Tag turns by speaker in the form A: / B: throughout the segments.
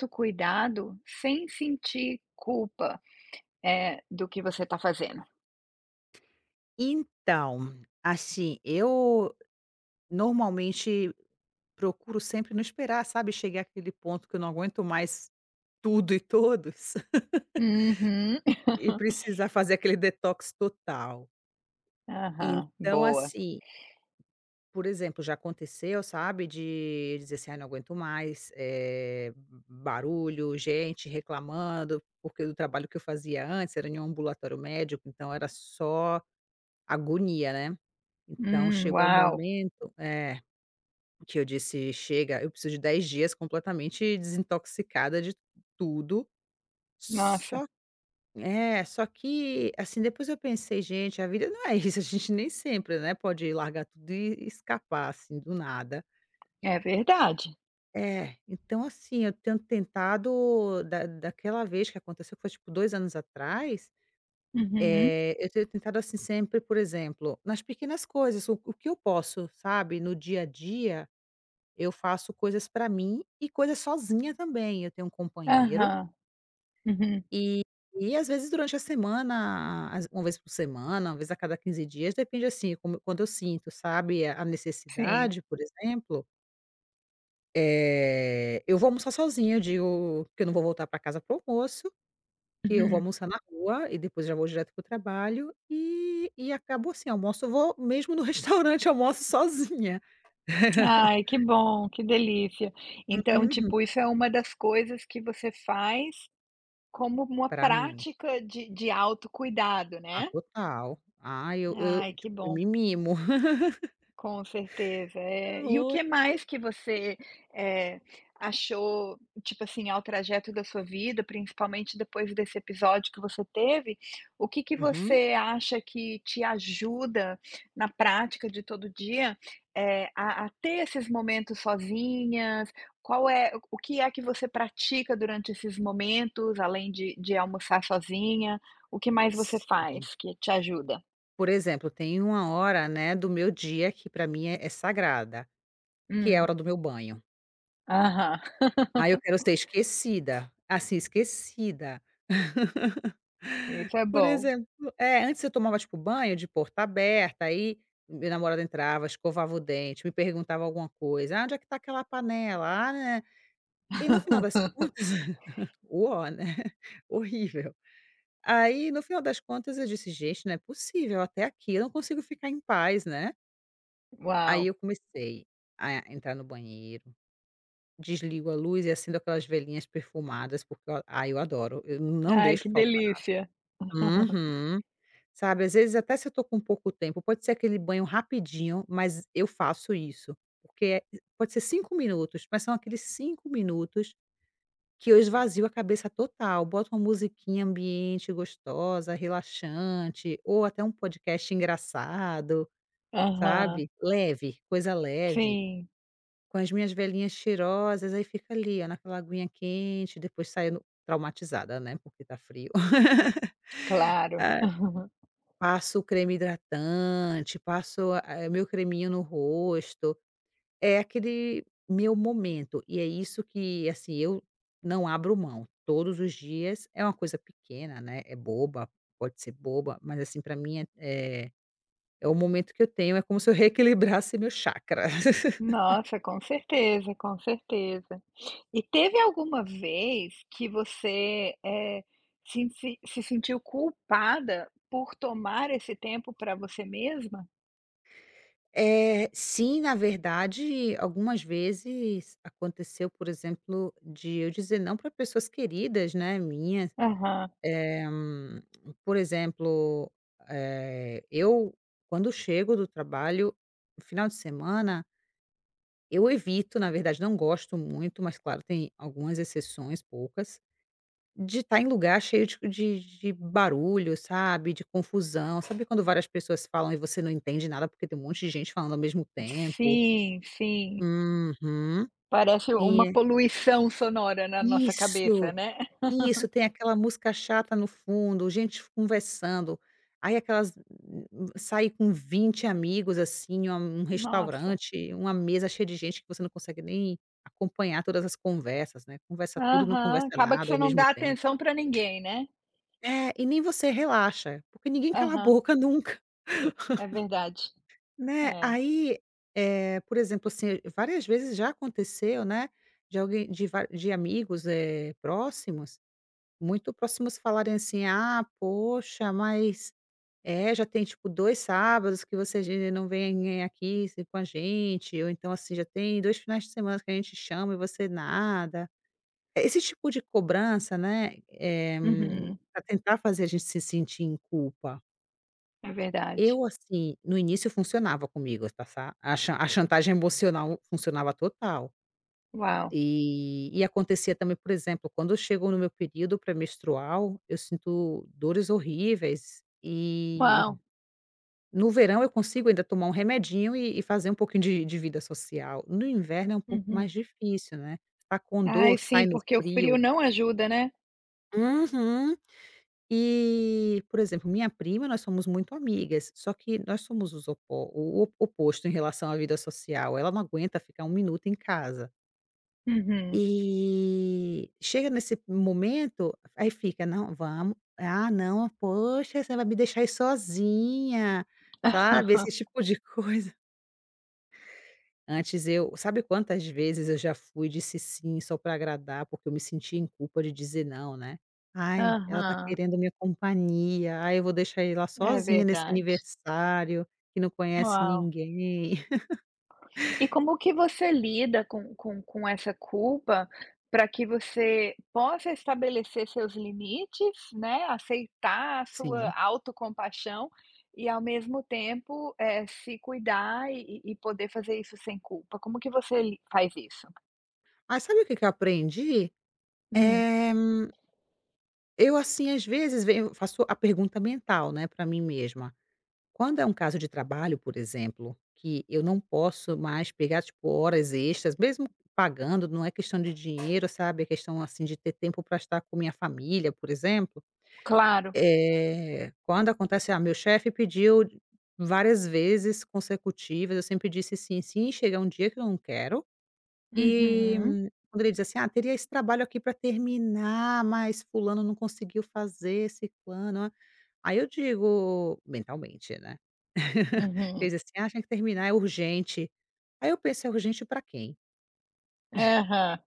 A: Autocuidado sem sentir culpa, do que você está fazendo.
B: Então, assim, eu normalmente procuro sempre não esperar, sabe, chegar àquele ponto que eu não aguento mais tudo e todos
A: Uhum.
B: e precisar fazer aquele detox total.
A: Aham,
B: Então,
A: boa.
B: assim, por exemplo, já aconteceu, sabe, de dizer assim: "Ai, não aguento mais, barulho, gente reclamando", porque do trabalho que eu fazia antes era em um ambulatório médico, então era só agonia, né. Então chegou um
A: Uau.
B: momento. Que eu disse: "Chega, eu preciso de 10 dias completamente desintoxicada de tudo".
A: Nossa,
B: Só só que, assim, depois eu pensei: "Gente, a vida não é isso, a gente nem sempre, né, pode largar tudo e escapar, assim, do nada".
A: é verdade.
B: É, então, assim, eu tenho tentado da daquela vez que aconteceu, que foi, tipo, 2 anos atrás.
A: Uhum.
B: Eu tenho tentado, assim, sempre, por exemplo, nas pequenas coisas, o que eu posso, sabe, no dia a dia. Eu faço coisas para mim e coisas sozinha também. Eu tenho um companheiro,
A: Aham. Uhum.
B: e e às vezes durante a semana, às uma vez por semana, uma vez a cada 15 dias, depende, assim, como quando eu sinto, sabe, a
A: Sim.
B: necessidade. Por exemplo, eu vou almoçar sozinha. Eu digo que eu não vou voltar para casa pro almoço, que eu vou
A: Uhum.
B: almoçar na rua e depois já vou direto pro trabalho, e acabou assim, almoço eu vou mesmo no restaurante, almoço sozinha.
A: Ai, que bom, que delícia. Então,
B: Uhum.
A: tipo, isso é uma das coisas que você faz como uma
B: Pra mim.
A: prática de autocuidado,
B: Ah,
A: né?
B: total. Ah, eu,
A: Ai, que
B: tipo, eu
A: bom.
B: me mimo.
A: Com certeza, é. E o
B: Oi.
A: que mais que você, eh, achou, tipo assim, ao trajeto da sua vida, principalmente depois desse episódio que você teve, o que que
B: Uhum.
A: você acha que te ajuda na prática de todo dia, a ter esses momentos sozinhas? Qual é o que é que você pratica durante esses momentos, além de almoçar sozinha? O que mais você
B: Sim.
A: faz que te ajuda?
B: Por exemplo, tem uma hora, né, do meu dia que pra mim é sagrada, que é a
A: Hum,
B: hora do meu banho.
A: aham.
B: Aí eu quero ser esquecida, assim, esquecida.
A: Isso é
B: Por
A: bom.
B: exemplo, antes eu tomava, tipo, banho de porta aberta, aí meu namorado entrava, escovava o dente, me perguntava alguma coisa: "Ah, onde é que tá aquela panela? Ah, né". E no final das contas, uó, né, horrível. Aí, no final das contas, eu disse: "Gente, não é possível, até aqui eu não consigo ficar em paz, né". Aí
A: Uau.
B: eu comecei a entrar no banheiro, desligo a luz e acendo aquelas velhinhas perfumadas, porque eu ai, eu adoro, eu não
A: Ai,
B: deixo
A: que
B: faltar.
A: delícia.
B: Uhum. Sabe, às vezes até se eu tô com pouco tempo, pode ser aquele banho rapidinho, mas eu faço isso, porque é- pode ser 5 minutos, mas são aqueles 5 minutos. Que eu esvazio a cabeça total, boto uma musiquinha ambiente gostosa, relaxante, ou até um podcast engraçado,
A: Aham.
B: sabe, leve, coisa leve,
A: Sim,
B: com as minhas velhinhas cheirosas, aí fica ali, ó, naquela aguinha quente, depois saio traumatizada, né, porque tá frio.
A: claro.
B: Ah, passo o creme hidratante, passo, meu creminho no rosto. É aquele meu momento, e é isso que, assim, eu não abro mão. Todos os dias é uma coisa pequena, né, é boba, pode ser boba, mas, assim, pra mim é é o momento que eu tenho, é como se eu reequilibrasse meu chakra.
A: Nossa, com certeza, com certeza. E teve alguma vez que você, se sentiu culpada por tomar esse tempo para você mesma?
B: É, sim, na verdade, algumas vezes aconteceu, por exemplo, de eu dizer não para pessoas queridas, né, minhas
A: Aham.
B: Eh, hum, por exemplo, eu quando chego do trabalho, no final de semana, eu evito, na verdade não gosto muito, mas claro tem algumas exceções, poucas, de estar em lugar cheio de barulho, sabe, de confusão. Sabe quando várias pessoas falam e você não entende nada, porque tem um monte de gente falando ao mesmo tempo?
A: Sim, sim.
B: Uhum.
A: Parece uma
B: E é
A: poluição sonora na nossa cabeça,
B: isso.
A: né?
B: Isso, tem aquela música chata no fundo, gente conversando, aí aquelas sair com 20 amigos, assim, uma um
A: Nossa.
B: restaurante, uma mesa cheia de gente que você não consegue nem acompanhar todas as conversas, né, conversa tudo e não
A: Aham.
B: conversa
A: Acaba que
B: nada
A: você
B: ao
A: não
B: mesmo
A: dá
B: tempo.
A: atenção para ninguém, né?
B: É, e nem você relaxa, porque ninguém cala a
A: Aham.
B: boca nunca,
A: É verdade,
B: né.
A: é.
B: Aí, por exemplo, assim, várias vezes já aconteceu, né, de alguém de amigos, próximos, muito próximos falarem assim: "Ah, poxa, mas já tem, tipo, 2 sábados que você ge não vem aqui com a gente", ou então, assim: "Já tem 2 finais de semana que a gente chama e você nada". É, esse tipo de cobrança, né,
A: Uhum,
B: pra tentar fazer a gente se sentir em culpa.
A: é verdade.
B: Eu, assim, no início funcionava comigo, tá, sa a chan a chantagem emocional funcionava total.
A: Uau,
B: E acontecia também, por exemplo, quando eu chego no meu período pré-menstrual, eu sinto dores horríveis e
A: uau.
B: no verão eu consigo ainda tomar um remedinho e fazer um pouquinho de vida social. No inverno é um pouco
A: Uhum.
B: mais difícil, né, tá com
A: Ai,
B: dor,
A: sim,
B: sai no
A: porque o frio
B: frio.
A: não ajuda, né.
B: Uhum. E, por exemplo, minha prima, nós somos muito amigas, só que nós somos os opo o oposto em relação à vida social. Ela não aguenta ficar um minuto em casa.
A: Uhum.
B: E chega nesse momento, aí fica: "Não, vamos. Ah, não, poxa, você vai me deixar aí sozinha", sabe, esse tipo de coisa. Antes eu sabe quantas vezes eu já fui e disse sim só para agradar, porque eu me sentia em culpa de dizer não, né. "Ai, ela tá
A: Aham,
B: querendo minha companhia. Ai, eu vou deixar ele lá
A: é
B: sozinha nesse
A: verdade.
B: aniversário, que não conhece
A: Uau.
B: ninguém".
A: E como que você lida com essa culpa para que você possa estabelecer seus limites, né, aceitar a sua
B: Sim.
A: autocompaixão e ao mesmo tempo, se cuidar e poder fazer isso sem culpa? Como que você li faz isso?
B: Mas sabe o que que eu aprendi?
A: Hum,
B: é Eu, assim, às vezes venho faço a pergunta mental, né, para mim mesma. Quando é um caso de trabalho, por exemplo, que eu não posso mais pegar, tipo, horas extras, mesmo pagando, não é questão de dinheiro, sabe, é questão, assim, de ter tempo para estar com minha família, por exemplo.
A: claro.
B: Quando acontece meu chefe pediu várias vezes consecutivas, eu sempre disse sim, sim, chega um dia que eu não quero. E
A: Uhum,
B: quando ele diz assim: "Ah, teria esse trabalho aqui para terminar, mas fulano não conseguiu fazer, ciclano", aí eu digo mentalmente, né.
A: uhum.
B: Ele diz assim: "Ah, tem que terminar, é urgente". Aí eu penso: "É urgente para quem?",
A: Aham,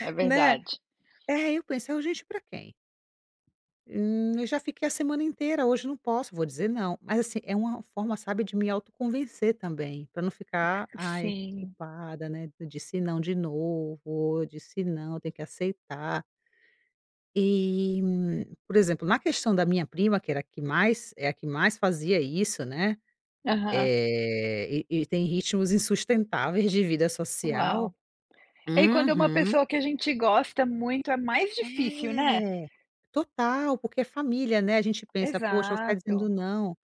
A: é
B: né.
A: verdade.
B: É, eu penso: "É urgente para quem? Eu já fiquei a semana inteira, hoje não posso", vou dizer não. Mas assim, é uma forma, sabe, de me autoconvencer também, para não ficar, ai,
A: Sim.
B: culpada, né, eu disse não de novo, eu disse não, tem que aceitar. E, por exemplo, na questão da minha prima, que era a que mais fazia isso, né,
A: Aham.
B: e tem ritmos insustentáveis de vida
A: Uau.
B: social.
A: E quando é uma
B: Uhum.
A: pessoa que a gente gosta muito, é mais difícil, né?
B: É. Total, porque é família, né, a gente pensa: "Poxa, eu vou ficar
A: Exato.
B: dizendo não".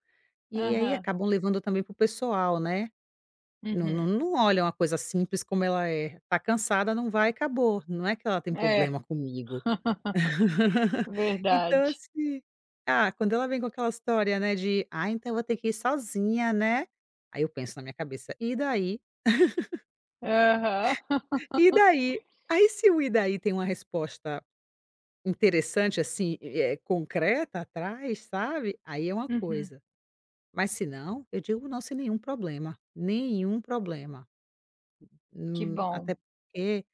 B: E aí
A: Aham.
B: acabam levando também para o pessoal, né. Não não
A: Uhum.
B: não olham a coisa simples como ela é. Tá cansada, não vai, acabou. Não é que ela tem
A: É.
B: problema comigo. Então,
A: Verdade.
B: assim, quando ela vem com aquela história, né, de: "Ah, então eu vou ter que ir sozinha, né". Aí eu penso na minha cabeça: "E daí?
A: Aham.
B: E daí?". Aí se o "e daí" tem uma resposta interessante, assim, é concreta atrás, sabe, aí é uma
A: Uhum.
B: coisa. Mas se não, eu digo não sem nenhum problema, nenhum problema.
A: Que
B: Hum,
A: bom.
B: até porque,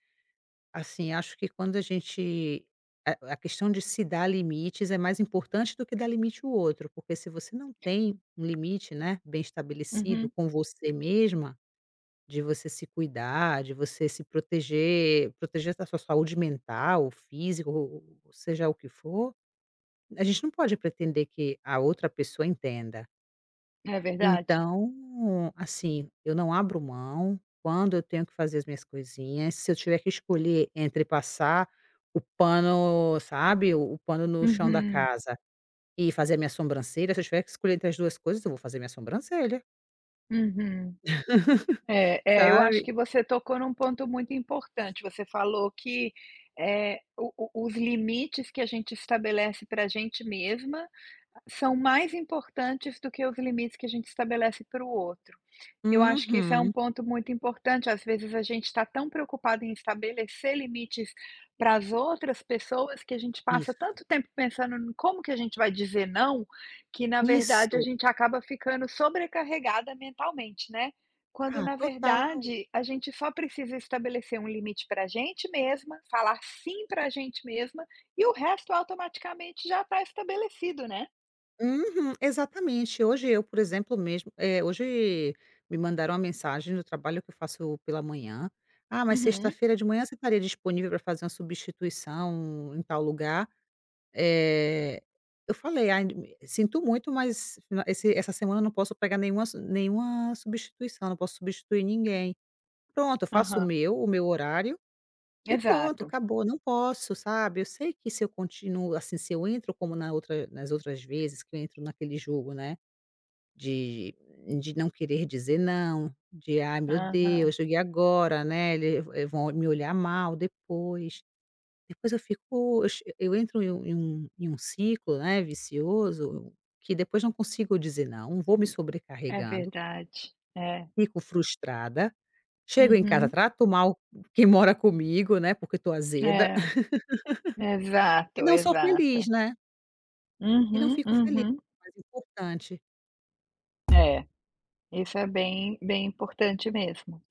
B: assim, acho que quando a gente a questão de se dar limites é mais importante do que dar limite ao outro, porque se você não tem um limite, né, bem estabelecido
A: Uhum.
B: com você mesma, de você se cuidar, de você se proteger, proteger da sua saúde mental, física, ou seja o que for, a gente não pode pretender que a outra pessoa entenda.
A: É verdade.
B: Então, assim, eu não abro mão quando eu tenho que fazer as minhas coisinhas, se eu tiver que escolher entre passar o pano, sabe, o pano no chão da
A: Uhum.
B: casa e fazer a minha sobrancelha, se eu tiver que escolher entre as 2 coisas, eu vou fazer minha sobrancelha,
A: Uhum. É, é, eu acho
B: sabe.
A: que você tocou num ponto muito importante. Você falou que, o os limites que a gente estabelece para a gente mesma são mais importantes do que os limites que a gente estabelece para o outro. Eu acho que isso é um
B: Uhum.
A: ponto muito importante. Às vezes a gente está tão preocupado em estabelecer limites para as outras pessoas que a gente passa
B: Isso,
A: tanto tempo pensando em como que a gente vai dizer não, que na verdade a
B: isso.
A: gente acaba ficando sobrecarregada mentalmente, né? Quando
B: Ah,
A: na
B: total.
A: verdade a gente só precisa estabelecer um limite para a gente mesma, falar sim para a gente mesma e o resto automaticamente já está estabelecido, né?
B: Uhum, exatamente. Hoje eu, por exemplo, mesmo, hoje me mandaram uma mensagem no trabalho que eu faço pela manhã: "Ah, mas
A: Uhum,
B: sexta-feira de manhã você estaria disponível para fazer uma substituição em tal lugar?" Eh, eu falei: "Ai, me- sinto muito, mas na esse essa semana eu não posso pegar nenhuma substituição, não posso substituir ninguém". Pronto, eu faço
A: aham,
B: o meu horário e pronto,
A: Exato.
B: acabou, não posso, sabe. Eu sei que se eu continuo assim, se eu entro como na outra nas outras vezes que eu entro naquele jogo, né, de não querer dizer não, de: "Ai, meu
A: Aham.
B: Deus, e agora, né, eles vão me olhar mal depois". Depois eu fico eu entro em um em um ciclo, né, vicioso, que depois não consigo dizer não, vou me
A: É
B: sobrecarregando,
A: verdade. É.
B: fico frustrada, chego em casa,
A: Uhum.
B: trato mal quem mora comigo, né, porque eu tô azeda.
A: É. Exato,
B: E não sou
A: exato.
B: feliz, né, e não
A: Uhum,
B: fico feliz,
A: uhum.
B: mais importante.
A: É, isso é bem bem importante mesmo.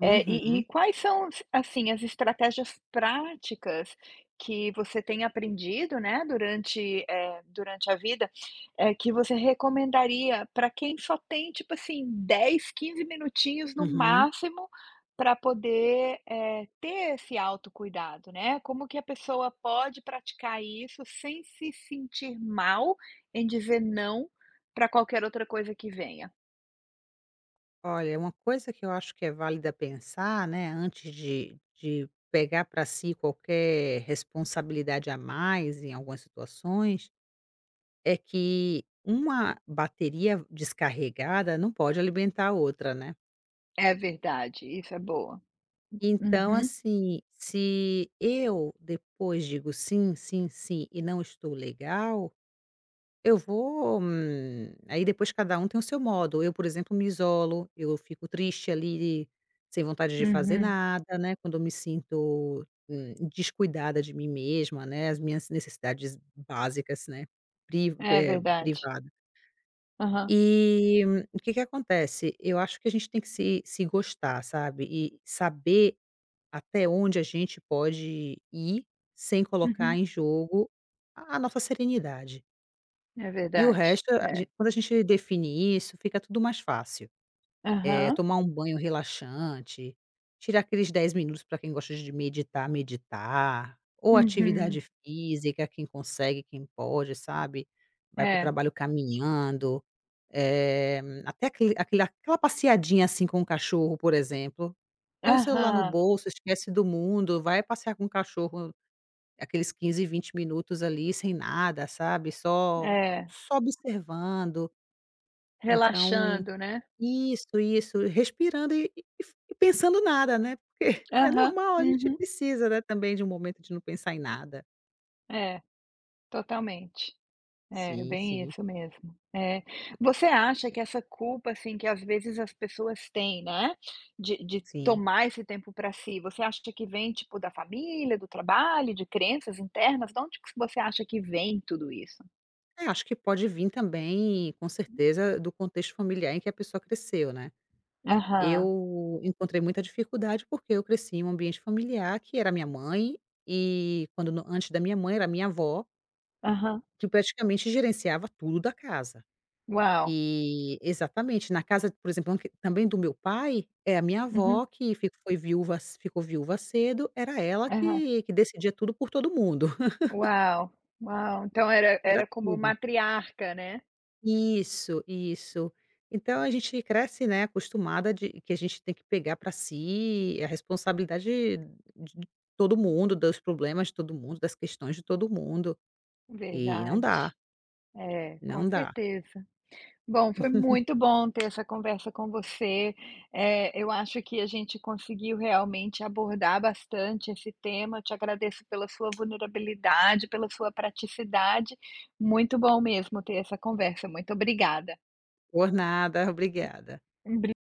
A: É, e
B: Uhum,
A: quais são, assim, as estratégias práticas que você tem aprendido, né, durante, durante a vida, que você recomendaria para quem só tem, tipo assim, 10, 15 minutinhos no
B: uhum.
A: máximo para poder, ter esse autocuidado, né? Como que a pessoa pode praticar isso sem se sentir mal em dizer não para qualquer outra coisa que venha?
B: Olha, uma coisa que eu acho que é válida pensar, né, antes de pegar para si qualquer responsabilidade a mais em algumas situações, é que uma bateria descarregada não pode alimentar a outra, né.
A: É verdade, isso é boa.
B: Então,
A: Uhum,
B: assim, se eu depois digo: "Sim, sim, sim", e não estou legal. Eu vou, aí depois cada um tem o seu modo. Eu, por exemplo, me isolo, eu fico triste ali, sem vontade de fazer
A: uhum.
B: nada, né, quando eu me sinto, descuidada de mim mesma, né, as minhas necessidades básicas, né,
A: É verdade.
B: privada.
A: Aham.
B: E o que que acontece? Eu acho que a gente tem que se gostar, sabe, e saber até onde a gente pode ir, sem colocar
A: Uhum.
B: em jogo a nossa serenidade.
A: É
B: E o
A: verdade.
B: resto, a
A: É.
B: gen quando a gente define isso, fica tudo mais fácil.
A: Aham.
B: Tomar um banho relaxante, tirar aqueles 10 minutos para quem gosta de meditar, meditar, ou
A: Uhum.
B: atividade física, quem consegue, quem pode, sabe. Vai para o
A: É.
B: trabalho caminhando, eh, até aquele aquele aquela passeadinha, assim, com o cachorro, por exemplo. Põe o celular no
A: Aham.
B: bolso, esquece do mundo, vai passear com o cachorro. Aqueles 15, 20 minutos ali sem nada, sabe, só
A: É.
B: só observando. Então
A: Relaxando, né?
B: isso, respirando e pensando nada, né, porque é
A: Aham.
B: normal, a gente
A: Uhum.
B: precisa, né, também de um momento de não pensar em nada.
A: É, totalmente. É,
B: Sim,
A: bem
B: sim,
A: isso mesmo. É. Você acha que essa culpa, assim, que às vezes as pessoas têm, né, de
B: sim.
A: tomar esse tempo para si, você acha que vem, tipo, da família, do trabalho, de crenças internas? De onde que você acha que vem tudo isso?
B: É, acho que pode vir também, com certeza, do contexto familiar em que a pessoa cresceu, né.
A: Aham.
B: Eu encontrei muita dificuldade, porque eu cresci em um ambiente familiar que era minha mãe, e quando, no antes da minha mãe, era minha avó.
A: Aham.
B: Que praticamente gerenciava tudo da casa.
A: Uau.
B: E exatamente, na casa, por exemplo, anque também do meu pai, é a minha
A: Uhum.
B: avó que fi foi viúva, c ficou viúva cedo, era ela
A: Aham.
B: que decidia tudo por todo mundo,
A: Uau, uau, então era era
B: era
A: como
B: tudo.
A: matriarca, né.
B: Isso, isso. Então a gente cresce, né, acostumada de que a gente tem que pegar para si a responsabilidade de todo mundo, dos problemas de todo mundo, das questões de todo mundo, e não dá,
A: Verdade. É, com
B: não dá.
A: certeza. Bom, foi muito bom ter essa conversa com você, eu acho que a gente conseguiu realmente abordar bastante esse tema, eu te agradeço pela sua vulnerabilidade, pela sua praticidade, muito bom mesmo ter essa conversa, muito obrigada.
B: Por nada, obrigada.
A: Um